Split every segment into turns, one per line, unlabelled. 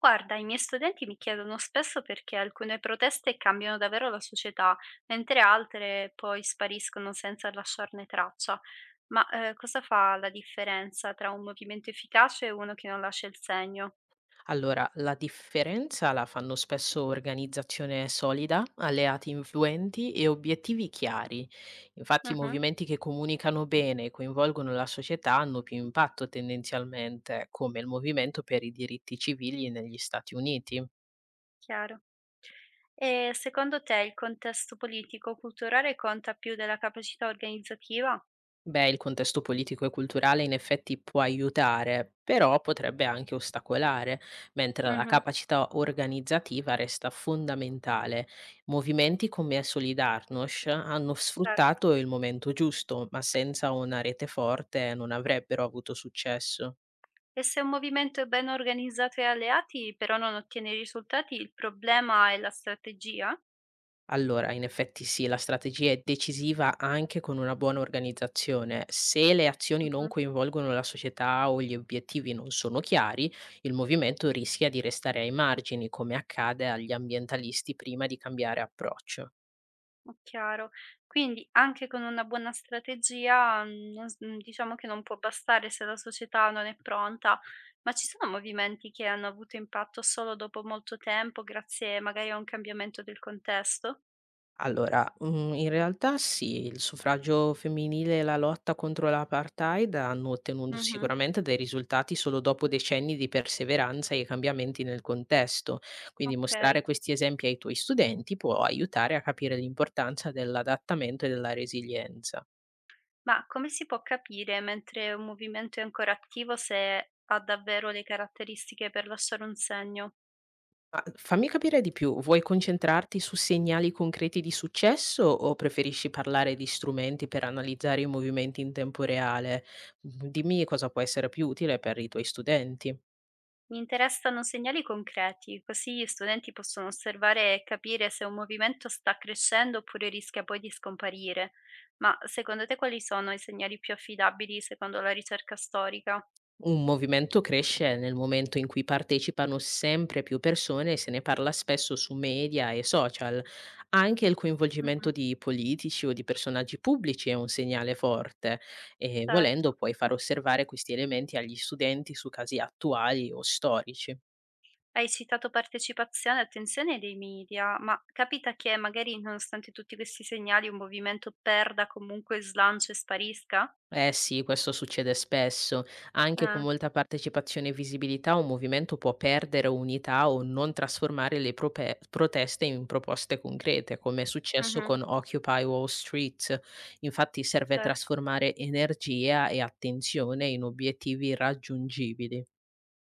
Guarda, i miei studenti mi chiedono spesso perché alcune proteste cambiano davvero la società, mentre altre poi spariscono senza lasciarne traccia. Ma cosa fa la differenza tra un movimento efficace e uno che non lascia il segno?
Allora, la differenza la fanno spesso organizzazione solida, alleati influenti e obiettivi chiari. Infatti,
Mhm,
movimenti che comunicano bene e coinvolgono la società hanno più impatto tendenzialmente, come il movimento per i diritti civili negli Stati Uniti.
chiaro. E secondo te il contesto politico-culturale conta più della capacità organizzativa?
Beh, il contesto politico e culturale in effetti può aiutare, però potrebbe anche ostacolare, mentre la
Mhm,
capacità organizzativa resta fondamentale. Movimenti come Solidarnosc hanno
certo.
sfruttato il momento giusto, ma senza una rete forte non avrebbero avuto successo.
E se un movimento è ben organizzato e alleati, però non ottiene risultati, il problema è la strategia?
Allora, in effetti sì, la strategia è decisiva anche con una buona organizzazione. Se le azioni non
Mhm.
coinvolgono la società o gli obiettivi non sono chiari, il movimento rischia di restare ai margini, come accade agli ambientalisti prima di cambiare approccio.
Oh, chiaro. Quindi anche con una buona strategia, mhmm, non s mhmm, diciamo che non può bastare se la società non è pronta, ma ci sono movimenti che hanno avuto impatto solo dopo molto tempo, grazie magari a un cambiamento del contesto?
Allora, in realtà sì, il suffragio femminile e la lotta contro l'apartheid hanno ottenuto
Mh-mh,
sicuramente dei risultati solo dopo decenni di perseveranza e cambiamenti nel contesto. Quindi
okay.
mostrare questi esempi ai tuoi studenti può aiutare a capire l'importanza dell'adattamento e della resilienza.
Ma come si può capire mentre un movimento è ancora attivo se ha davvero le caratteristiche per lasciare un segno?
Ma fammi capire di più, vuoi concentrarti su segnali concreti di successo o preferisci parlare di strumenti per analizzare i movimenti in tempo reale? Dimmi cosa può essere più utile per i tuoi studenti.
Mi interessano segnali concreti, così gli studenti possono osservare e capire se un movimento sta crescendo oppure rischia poi di scomparire. Ma secondo te quali sono i segnali più affidabili secondo la ricerca storica?
Un movimento cresce nel momento in cui partecipano sempre più persone e se ne parla spesso su media e social. Anche il coinvolgimento
Mhm.
di politici o di personaggi pubblici è un segnale forte e volendo
Certo.
puoi far osservare questi elementi agli studenti su casi attuali o storici.
Hai citato partecipazione e attenzione dei media, ma capita che magari nonostante tutti questi segnali un movimento perda comunque slancio e sparisca?
Eh sì, questo succede spesso. Anche con
Eh,
molta partecipazione e visibilità un movimento può perdere unità o non trasformare proteste in proposte concrete, come è successo
mhm,
con Occupy Wall Street. Infatti serve
certo.
trasformare energia e attenzione in obiettivi raggiungibili.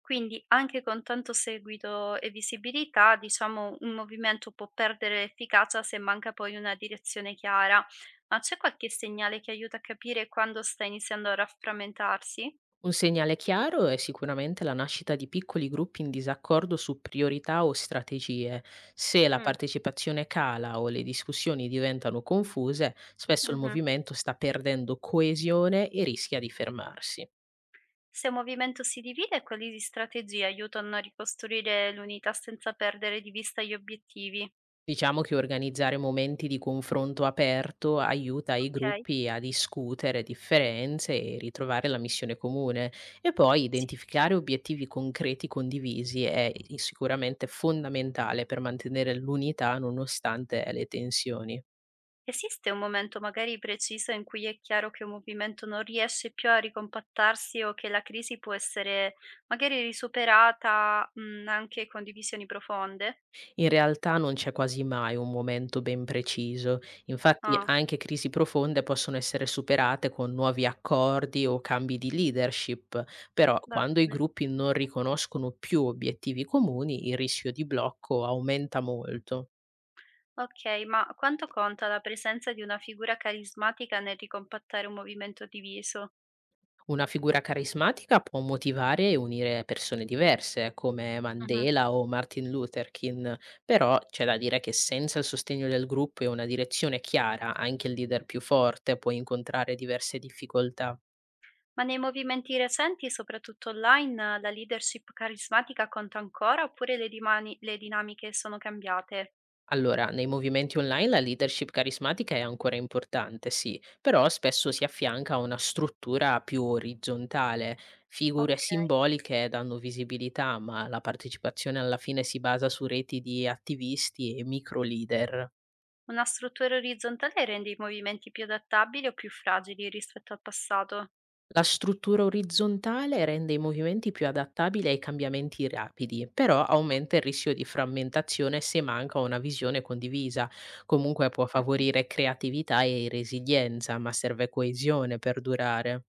Quindi anche con tanto seguito e visibilità, diciamo, un movimento può perdere efficacia se manca poi una direzione chiara. Ma c'è qualche segnale che aiuta a capire quando sta iniziando a rafframentarsi?
Un segnale chiaro è sicuramente la nascita di piccoli gruppi in disaccordo su priorità o strategie. Se la
Mm,
partecipazione cala o le discussioni diventano confuse, spesso il
mhm.
movimento sta perdendo coesione e rischia di fermarsi.
Se un movimento si divide, quali strategie aiutano a ricostruire l'unità senza perdere di vista gli obiettivi?
Diciamo che organizzare momenti di confronto aperto aiuta i
Ok,
gruppi a discutere differenze e ritrovare la missione comune e poi
sì.
identificare obiettivi concreti condivisi è sicuramente fondamentale per mantenere l'unità nonostante le tensioni.
Esiste un momento magari preciso in cui è chiaro che un movimento non riesce più a ricompattarsi o che la crisi può essere magari risuperata, anche con divisioni profonde?
In realtà non c'è quasi mai un momento ben preciso, infatti
Ah,
anche crisi profonde possono essere superate con nuovi accordi o cambi di leadership, però
va
quando i
bene.
gruppi non riconoscono più obiettivi comuni il rischio di blocco aumenta molto.
Okay, ma quanto conta la presenza di una figura carismatica nel ricompattare un movimento diviso?
Una figura carismatica può motivare e unire persone diverse, come
Mh-mh.
Mandela o Martin Luther King, però c'è da dire che senza il sostegno del gruppo e una direzione chiara, anche il leader più forte può incontrare diverse difficoltà.
Ma nei movimenti recenti, soprattutto online, la leadership carismatica conta ancora oppure le dinamiche sono cambiate?
Allora, nei movimenti online la leadership carismatica è ancora importante, sì, però spesso si affianca a una struttura più orizzontale. Figure
Okay.
simboliche danno visibilità, ma la partecipazione alla fine si basa su reti di attivisti e micro leader.
Una struttura orizzontale rende i movimenti più adattabili o più fragili rispetto al passato?
La struttura orizzontale rende i movimenti più adattabili ai cambiamenti rapidi, però aumenta il rischio di frammentazione se manca una visione condivisa. Comunque può
Mhm.
favorire creatività e resilienza, ma serve coesione per durare.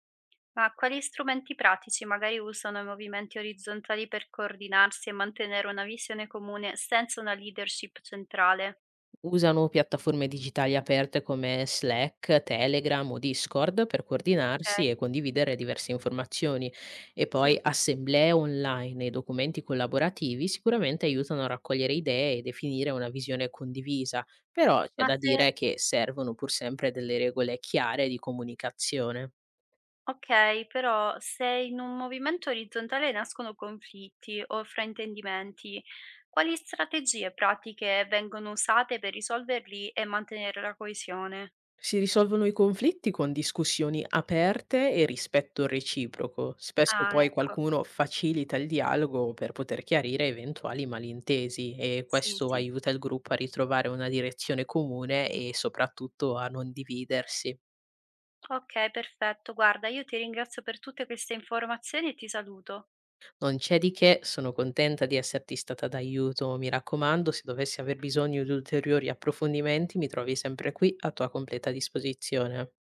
Ma quali strumenti pratici magari usano i movimenti orizzontali per coordinarsi e mantenere una visione comune senza una leadership centrale?
Usano piattaforme digitali aperte come Slack, Telegram o Discord per coordinarsi e
Ok,
condividere diverse informazioni e poi
sì.
assemblee online e documenti collaborativi sicuramente aiutano a raccogliere idee e definire una visione condivisa, però c'è
Ma
da
se,
dire che servono pur sempre delle regole chiare di comunicazione.
ok, però se in un movimento orizzontale nascono conflitti o fraintendimenti, quali strategie pratiche vengono usate per risolverli e mantenere la coesione?
Si risolvono i conflitti con discussioni aperte e rispetto reciproco. Spesso
Ah,
poi
ecco.
qualcuno facilita il dialogo per poter chiarire eventuali malintesi e
Sì,
questo
sì.
aiuta il gruppo a ritrovare una direzione comune e soprattutto a non dividersi.
Okay, perfetto. Guarda, io ti ringrazio per tutte queste informazioni e ti saluto.
Non c'è di che, sono contenta di esserti stata d'aiuto. Mi raccomando, se dovessi aver bisogno di ulteriori approfondimenti, mi trovi sempre qui a tua completa disposizione.